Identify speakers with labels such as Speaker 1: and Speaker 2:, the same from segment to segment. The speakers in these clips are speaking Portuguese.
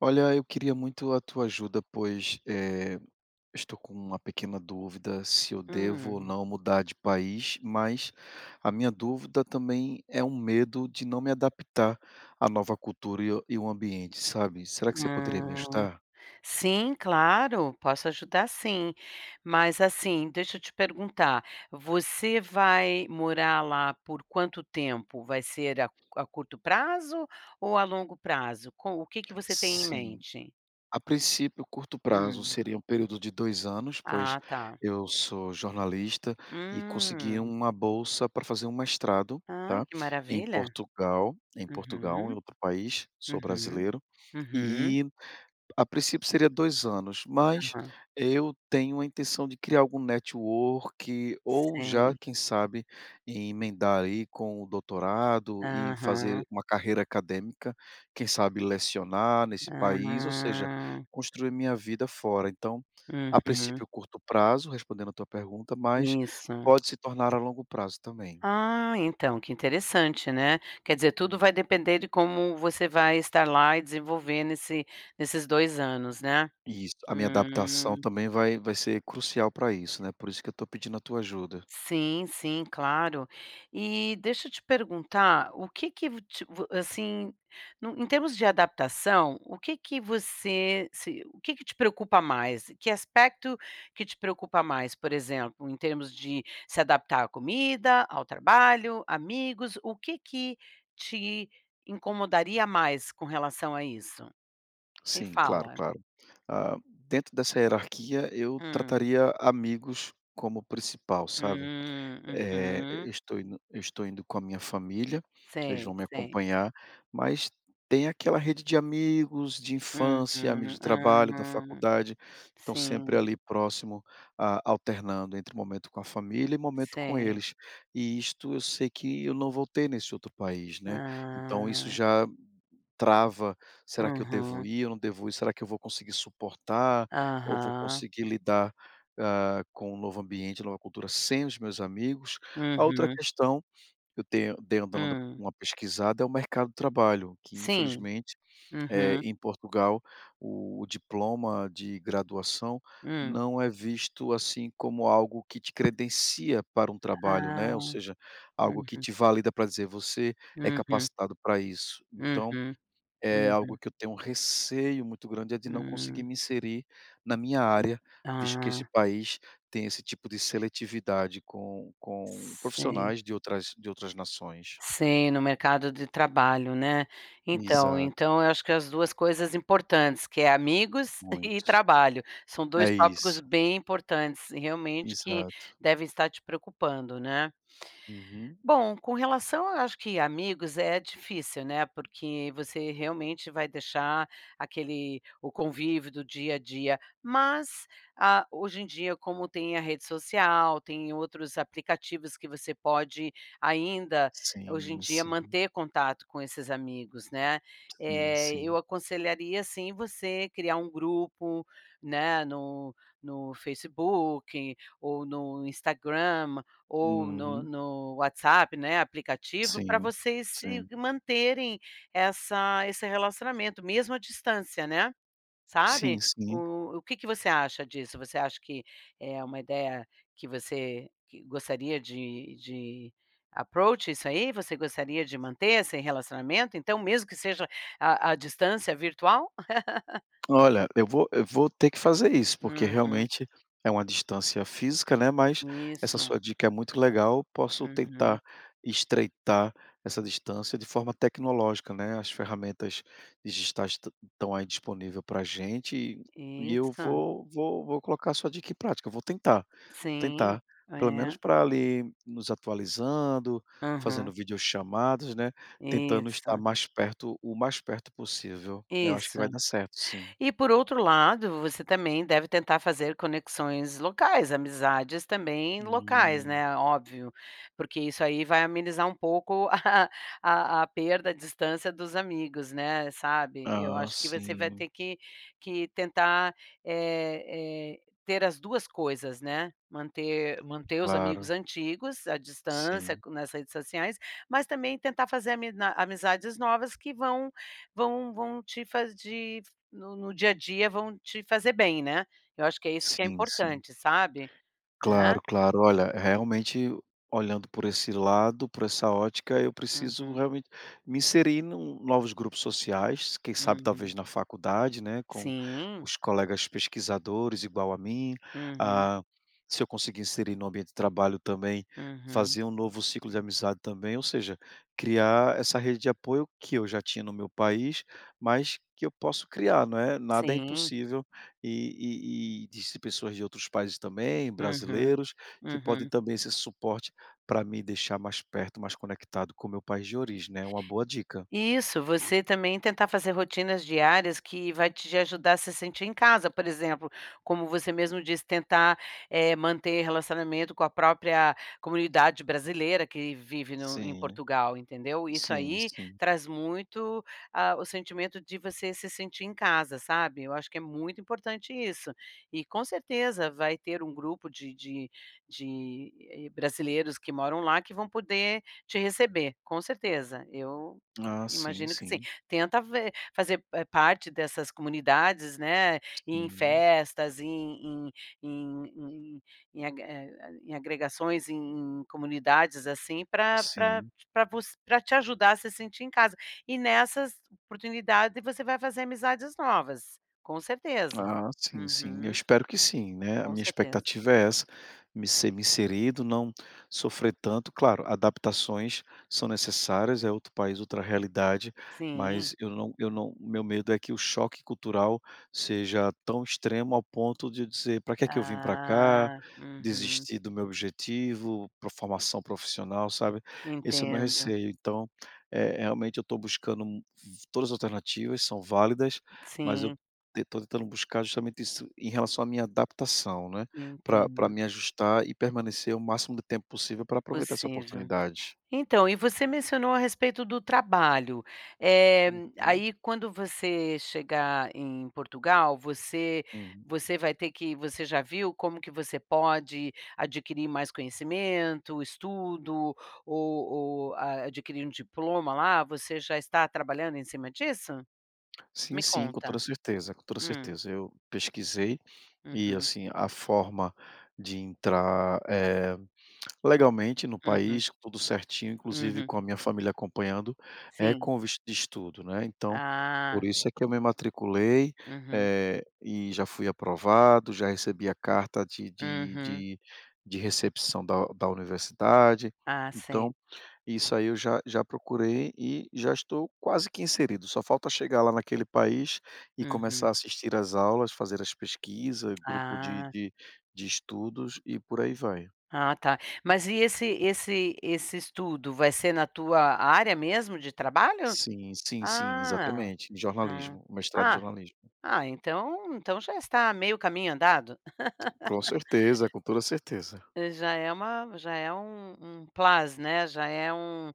Speaker 1: Olha, eu queria muito a tua ajuda, pois estou com uma pequena dúvida se eu devo ou
Speaker 2: Hum.
Speaker 1: não mudar de país, mas a minha dúvida também é um medo de não me adaptar à nova cultura e, e o ambiente, sabe? Será que você poderia me
Speaker 2: Ah,
Speaker 1: ajudar?
Speaker 2: sim, claro, posso ajudar sim. Mas assim, deixa eu te perguntar, você vai morar lá por quanto tempo? Vai ser a curto prazo ou a longo prazo? Com o que que você tem em
Speaker 1: Sim.
Speaker 2: mente?
Speaker 1: A princípio, curto prazo
Speaker 2: Hum.
Speaker 1: seria um período de 2 anos, pois
Speaker 2: Ah, tá.
Speaker 1: eu sou jornalista e consegui
Speaker 2: Hum.
Speaker 1: uma bolsa para fazer um mestrado,
Speaker 2: Ai,
Speaker 1: tá,
Speaker 2: que
Speaker 1: em
Speaker 2: maravilha.
Speaker 1: Portugal em Portugal, em
Speaker 2: Uhum,
Speaker 1: outro país, sou
Speaker 2: uhum,
Speaker 1: brasileiro,
Speaker 2: uhum.
Speaker 1: e a princípio seria 2 anos, mas
Speaker 2: Aham.
Speaker 1: eu tenho a intenção de criar algum network ou já,
Speaker 2: Sei.
Speaker 1: quem sabe, emendar aí com o doutorado e fazer
Speaker 2: Aham.
Speaker 1: uma carreira acadêmica, quem sabe lecionar nesse país, ou seja,
Speaker 2: Ah.
Speaker 1: construir minha vida fora. Então, a
Speaker 2: Uhum.
Speaker 1: princípio curto prazo, respondendo a tua pergunta, mas
Speaker 2: Isso.
Speaker 1: pode se tornar a longo prazo também.
Speaker 2: Ah, então, que interessante, né. Quer dizer, tudo
Speaker 1: Hum.
Speaker 2: vai depender de como você vai estar lá e desenvolver nesses 2 anos, né?
Speaker 1: Isso, a minha adaptação
Speaker 2: Hum.
Speaker 1: também vai ser crucial para isso, né, por isso que eu estou pedindo a tua ajuda.
Speaker 2: Sim, sim, claro. E deixa eu te perguntar, o que que vo te vo assim, no em termos de adaptação, o que que você se o que que te preocupa mais? Que aspecto que te preocupa mais, por exemplo, em termos de se adaptar à comida, ao trabalho, amigos, o que que te incomodaria mais com relação a isso? Me
Speaker 1: Sim, claro,
Speaker 2: fala.
Speaker 1: claro. Ah, dentro dessa hierarquia, eu
Speaker 2: Hum.
Speaker 1: trataria amigos como principal, sabe? Eh, eu
Speaker 2: Uhum.
Speaker 1: estou indo eu estou indo com a minha família, eles vão
Speaker 2: Sei,
Speaker 1: me
Speaker 2: sei.
Speaker 1: acompanhar, mas tem aquela rede de amigos de infância, amigos
Speaker 2: Uhum.
Speaker 1: de trabalho, da
Speaker 2: Hum.
Speaker 1: faculdade, que estão sempre
Speaker 2: Sim,
Speaker 1: ali próximo, ah, alternando entre momento com a família e momento com
Speaker 2: sei.
Speaker 1: eles. E isto eu sei que eu não voltei nesse outro país, né, então isso
Speaker 2: Ah,
Speaker 1: já trava, será que eu devo
Speaker 2: uhum,
Speaker 1: ir, eu não devo ir, será que eu vou conseguir suportar ou vou
Speaker 2: aham,
Speaker 1: conseguir lidar ah, com um novo ambiente, nova cultura, sem os meus amigos. A outra
Speaker 2: uhum,
Speaker 1: questão, que eu tenho dei dando
Speaker 2: hum,
Speaker 1: uma pesquisada, é o mercado de trabalho, que
Speaker 2: sim,
Speaker 1: infelizmente,
Speaker 2: uhum,
Speaker 1: em Portugal, o diploma de graduação
Speaker 2: hum.
Speaker 1: não é visto, assim, como algo que te credencia para um trabalho,
Speaker 2: Ah,
Speaker 1: né, ou seja, algo que
Speaker 2: uhum,
Speaker 1: te valida para dizer: "Você é
Speaker 2: uhum,
Speaker 1: capacitado para isso". Então
Speaker 2: uhum,
Speaker 1: é
Speaker 2: uhum,
Speaker 1: algo que eu tenho um receio muito grande, é de não conseguir
Speaker 2: hum.
Speaker 1: me inserir na minha área, visto que esse
Speaker 2: Ah,
Speaker 1: país tem esse tipo de seletividade com
Speaker 2: sei,
Speaker 1: profissionais de outras nações.
Speaker 2: sei, no mercado de trabalho, né. Então
Speaker 1: Exato,
Speaker 2: então eu acho que as 2 coisas importantes, que é amigos e
Speaker 1: muito.
Speaker 2: trabalho, são dois
Speaker 1: É
Speaker 2: tópicos
Speaker 1: isso,
Speaker 2: bem importantes, realmente, que
Speaker 1: exato.
Speaker 2: devem estar te preocupando, né.
Speaker 1: Uhum.
Speaker 2: Bom, com relação eu acho que amigos é difícil, né, porque você realmente vai deixar aquele o convívio do dia a dia, mas, ah, hoje em dia como tem a rede social, tem outros aplicativos que você pode ainda, hoje em
Speaker 1: Sim,
Speaker 2: dia,
Speaker 1: sim,
Speaker 2: manter contato com esses amigos, né.
Speaker 1: sim, sim.
Speaker 2: Eu aconselharia sim você criar um grupo, né, no Facebook ou no Instagram, ou
Speaker 1: Uhum.
Speaker 2: no WhatsApp, né, aplicativo, para
Speaker 1: Sim,
Speaker 2: vocês se
Speaker 1: sim.
Speaker 2: manterem essa esse relacionamento, mesmo à distância, né,
Speaker 1: Sim,
Speaker 2: sabe.
Speaker 1: sim.
Speaker 2: O o que que você acha disso? Você acha que é uma ideia que você que gostaria de approach isso aí? Você gostaria de manter esse relacionamento, então, mesmo que seja a à distância virtual?
Speaker 1: Olha, eu vou ter que fazer isso, porque
Speaker 2: Uhum.
Speaker 1: realmente é uma distância física, né, mas essa
Speaker 2: Isso.
Speaker 1: sua dica é muito legal. Posso
Speaker 2: Uhum.
Speaker 1: tentar estreitar essa distância de forma tecnológica, né. As ferramentas digitais estão aí disponível pra gente e eu
Speaker 2: Isso.
Speaker 1: vou colocar a sua dica em prática. Eu vou tentar,
Speaker 2: Sim.
Speaker 1: tentar, pelo menos
Speaker 2: É.
Speaker 1: para ali nos atualizando, fazendo
Speaker 2: Aham.
Speaker 1: videochamadas, né, tentando estar
Speaker 2: Isso.
Speaker 1: mais perto o mais perto possível. Eu acho que vai
Speaker 2: Isso.
Speaker 1: dar certo, sim.
Speaker 2: E por outro lado, você também deve tentar fazer conexões locais, amizades também locais,
Speaker 1: Hum.
Speaker 2: né, óbvio, porque isso aí vai amenizar um pouco a perda, a distância dos amigos, né, sabe. Eu
Speaker 1: Ah,
Speaker 2: acho que você vai
Speaker 1: sim,
Speaker 2: ter que tentar, eh eh, ter as 2 coisas, né, manter os
Speaker 1: claro.
Speaker 2: amigos antigos à distância
Speaker 1: Sim,
Speaker 2: co nas redes sociais, mas também tentar fazer amina amizades novas que vão te fazer no dia a dia vão te fazer bem, né. Eu acho que é isso que é
Speaker 1: sim, sim.
Speaker 2: importante, sabe, né.
Speaker 1: Claro, claro. Olha, realmente, olhando por esse lado, por essa ótica, eu preciso
Speaker 2: Uhum,
Speaker 1: realmente me inserir em um, novos grupos sociais, quem sabe
Speaker 2: uhum.
Speaker 1: talvez na faculdade, né, com
Speaker 2: Sim.
Speaker 1: os colegas pesquisadores igual a mim.
Speaker 2: Uhum,
Speaker 1: Ah, se eu conseguir inserir no ambiente de trabalho também,
Speaker 2: uhum.
Speaker 1: fazer um novo ciclo de amizade também, ou seja, criar essa rede de apoio que eu já tinha no meu país, mas que eu posso criar, não é? Nada é
Speaker 2: Sim.
Speaker 1: impossível. E de pessoas de outros países também,
Speaker 2: Uhum,
Speaker 1: brasileiros, que podem
Speaker 2: uhum.
Speaker 1: também ser suporte para me deixar mais perto, mais conectado com o meu país de origem, né, é uma boa dica.
Speaker 2: Isso, você também tentar fazer rotinas diárias que vai te ajudar a se sentir em casa, por exemplo, como você mesmo disse, tentar, manter relacionamento com a própria comunidade brasileira que vive no em
Speaker 1: Sim,
Speaker 2: Portugal, entendeu. Isso
Speaker 1: sim,
Speaker 2: aí
Speaker 1: sim.
Speaker 2: traz muito, ah, o sentimento de você se sentir em casa, sabe. Eu acho que é muito importante isso. E com certeza vai ter um grupo de brasileiros que moram lá que vão poder te receber, com certeza. Eu
Speaker 1: Ah, sim,
Speaker 2: imagino que sim.
Speaker 1: sim,
Speaker 2: Tenta ver fazer, parte dessas comunidades, né, em
Speaker 1: sim,
Speaker 2: festas, em em em ag eh, em agregações, em comunidades, assim, para pra
Speaker 1: sim.
Speaker 2: pra voc pra te ajudar a se sentir em casa. E nessas oportunidades você vai fazer amizades novas, com certeza.
Speaker 1: Ah, sim, sim. Eu
Speaker 2: Uhum,
Speaker 1: espero que sim, né. A
Speaker 2: com
Speaker 1: minha
Speaker 2: certeza.
Speaker 1: expectativa é essa, me inserido, não sofrer tanto. Claro, adaptações são necessárias, é outro país, outra realidade,
Speaker 2: Sim.
Speaker 1: mas eu não meu medo é que o choque cultural seja tão extremo ao ponto de eu dizer: para que é que eu vim para cá?
Speaker 2: Ah, uhum.
Speaker 1: Desistir do meu objetivo, pra formação profissional", sabe. Esse é o meu
Speaker 2: Entendo.
Speaker 1: receio. Então, é realmente eu estou buscando todas as alternativas são válidas, mas eu
Speaker 2: Sim,
Speaker 1: estou tentando buscar justamente isso em relação à minha adaptação, né, para pra
Speaker 2: entendo.
Speaker 1: me ajustar e permanecer o máximo de tempo possível para aproveitar essa
Speaker 2: Possível.
Speaker 1: oportunidade.
Speaker 2: Então, e você mencionou a respeito do trabalho. Eh,
Speaker 1: Uhum,
Speaker 2: aí quando você chegar em Portugal, você
Speaker 1: uhum.
Speaker 2: você vai ter que você já viu como que você pode adquirir mais conhecimento, estudo ou ou, adquirir um diploma lá? Você já está trabalhando em cima disso?
Speaker 1: Sim,
Speaker 2: Me
Speaker 1: sim, com toda
Speaker 2: conta.
Speaker 1: certeza, com toda
Speaker 2: Hum.
Speaker 1: certeza. Eu pesquisei e,
Speaker 2: Uhum,
Speaker 1: assim, a forma de entrar, eh, legalmente no
Speaker 2: uhum,
Speaker 1: país, tudo certinho, inclusive
Speaker 2: uhum.
Speaker 1: com a minha família acompanhando, é
Speaker 2: Sim.
Speaker 1: com visto de estudo, né, então, por
Speaker 2: Ah.
Speaker 1: isso é que eu me matriculei,
Speaker 2: Uhum,
Speaker 1: eh, e já fui aprovado, já recebi a carta
Speaker 2: uhum.
Speaker 1: de recepção da universidade,
Speaker 2: Ah, sei.
Speaker 1: então, isso aí eu já procurei e já estou quase que inserido, só falta chegar lá naquele país e começar a
Speaker 2: Uhum.
Speaker 1: assistir às aulas, fazer as pesquisas, grupo
Speaker 2: Ah.
Speaker 1: de estudos e por aí vai.
Speaker 2: Ah, tá. Mas e esse estudo vai ser na tua área mesmo de trabalho?
Speaker 1: Sim, sim, sim,
Speaker 2: Ah,
Speaker 1: exatamente. Em
Speaker 2: hã.
Speaker 1: Jornalismo, mestrado em
Speaker 2: Ah,
Speaker 1: jornalismo.
Speaker 2: ah, então já está meio caminho andado.
Speaker 1: Com certeza, com toda certeza.
Speaker 2: Já é uma já é um um plus, né, já é um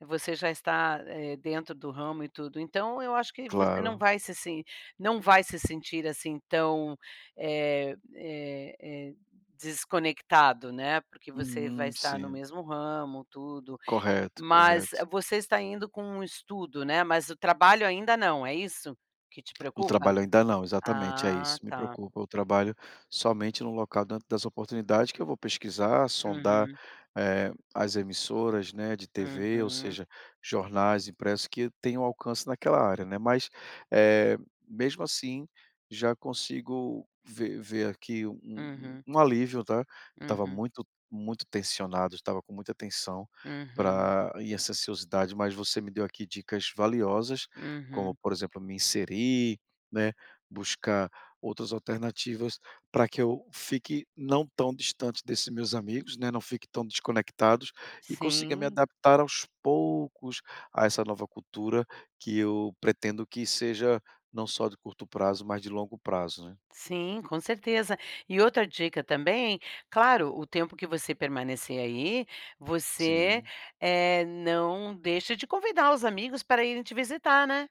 Speaker 2: você já está, dentro do ramo e tudo. Então eu acho que você
Speaker 1: Claro.
Speaker 2: não vai se sentir, assim, tão, eh eh eh, desconectado, né, porque você vai
Speaker 1: Uhum,
Speaker 2: estar no
Speaker 1: sim.
Speaker 2: mesmo ramo, tudo.
Speaker 1: Correto,
Speaker 2: Mas
Speaker 1: correto.
Speaker 2: você está indo com um estudo, né, mas o trabalho ainda não, é isso que te
Speaker 1: O
Speaker 2: preocupa?
Speaker 1: trabalho ainda não, exatamente, é
Speaker 2: Ah,
Speaker 1: isso, me
Speaker 2: tá.
Speaker 1: preocupa. O trabalho somente no local dentro das oportunidades que eu vou pesquisar, sondar,
Speaker 2: Uhum,
Speaker 1: eh, as emissoras, né, de TV, ou
Speaker 2: uhum,
Speaker 1: seja, jornais impressos que tenham alcance naquela área, né. Mas, eh, mesmo assim, já consigo ver aqui um um
Speaker 2: uhum,
Speaker 1: um alívio, tá. Eu estava
Speaker 2: uhum,
Speaker 1: muito tensionado, estava com muita tensão
Speaker 2: uhum,
Speaker 1: para e essa ansiosidade, mas você me deu aqui dicas valiosas, como,
Speaker 2: uhum.
Speaker 1: por exemplo, me inserir, né, buscar outras alternativas para que eu fique não tão distante desses meus amigos, né, não fique tão desconectados e consiga me
Speaker 2: Sim,
Speaker 1: adaptar aos poucos a essa nova cultura que eu pretendo que seja não só de curto prazo, mas de longo prazo, né.
Speaker 2: sim, com certeza. E outra dica também, claro, o tempo que você permanecer aí, você,
Speaker 1: Sim.
Speaker 2: não deixa de convidar os amigos para irem te visitar, né?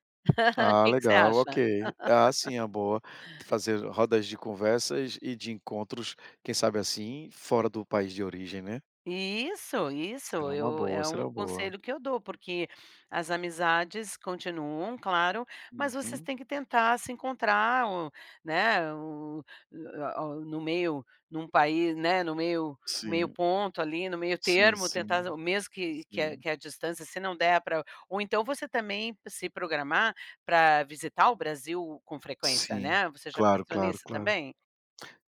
Speaker 2: O
Speaker 1: Ah,
Speaker 2: que que você
Speaker 1: legal,
Speaker 2: acha?
Speaker 1: ok. Ah, sim, é uma boa. Fazer rodas de conversas e de encontros, quem sabe assim, fora do país de origem, né.
Speaker 2: Isso,
Speaker 1: Será uma
Speaker 2: eu
Speaker 1: boa,
Speaker 2: é
Speaker 1: será
Speaker 2: um
Speaker 1: uma boa.
Speaker 2: conselho que eu dou, porque as amizades continuam, claro, mas vocês
Speaker 1: Uhum.
Speaker 2: têm que tentar se encontrar, o né, o a o no meio num país, né, no meio
Speaker 1: Sim.
Speaker 2: ponto ali, no meio
Speaker 1: Sim,
Speaker 2: termo, tentar
Speaker 1: sim,
Speaker 2: o mesmo
Speaker 1: sim,
Speaker 2: que a distância, se não der para. Ou então você também se programar para visitar o Brasil com frequência,
Speaker 1: sim.
Speaker 2: né, você já
Speaker 1: Claro,
Speaker 2: pensou
Speaker 1: claro,
Speaker 2: nisso
Speaker 1: claro.
Speaker 2: também?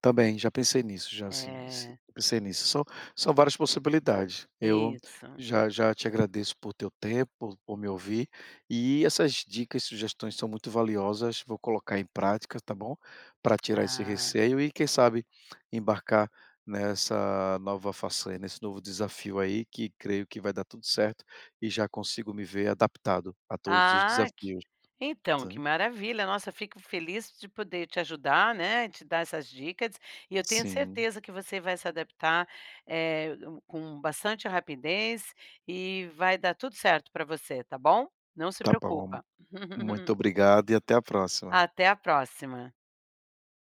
Speaker 1: Também já pensei nisso, já sim, si
Speaker 2: É,
Speaker 1: pensei nisso. São são várias possibilidades. Eu
Speaker 2: isso.
Speaker 1: já já te agradeço por teu tempo, por me ouvir, e essas dicas e sugestões são muito valiosas, vou colocar em prática, tá bom? Para tirar esse
Speaker 2: Ah.
Speaker 1: receio e quem sabe embarcar nessa nova façanha, nesse novo desafio aí que creio que vai dar tudo certo e já consigo me ver adaptado a todos os
Speaker 2: Ah, que
Speaker 1: desafios.
Speaker 2: então,
Speaker 1: Tá?
Speaker 2: que maravilha. Nossa, fico feliz de poder te ajudar, né, te dar essas dicas, e eu tenho
Speaker 1: Sim,
Speaker 2: certeza que você vai se adaptar, eh, com bastante rapidez e vai dar tudo certo para você, tá bom? Não se
Speaker 1: tá bom.
Speaker 2: preocupa.
Speaker 1: Muito obrigado e até a próxima.
Speaker 2: Até a próxima.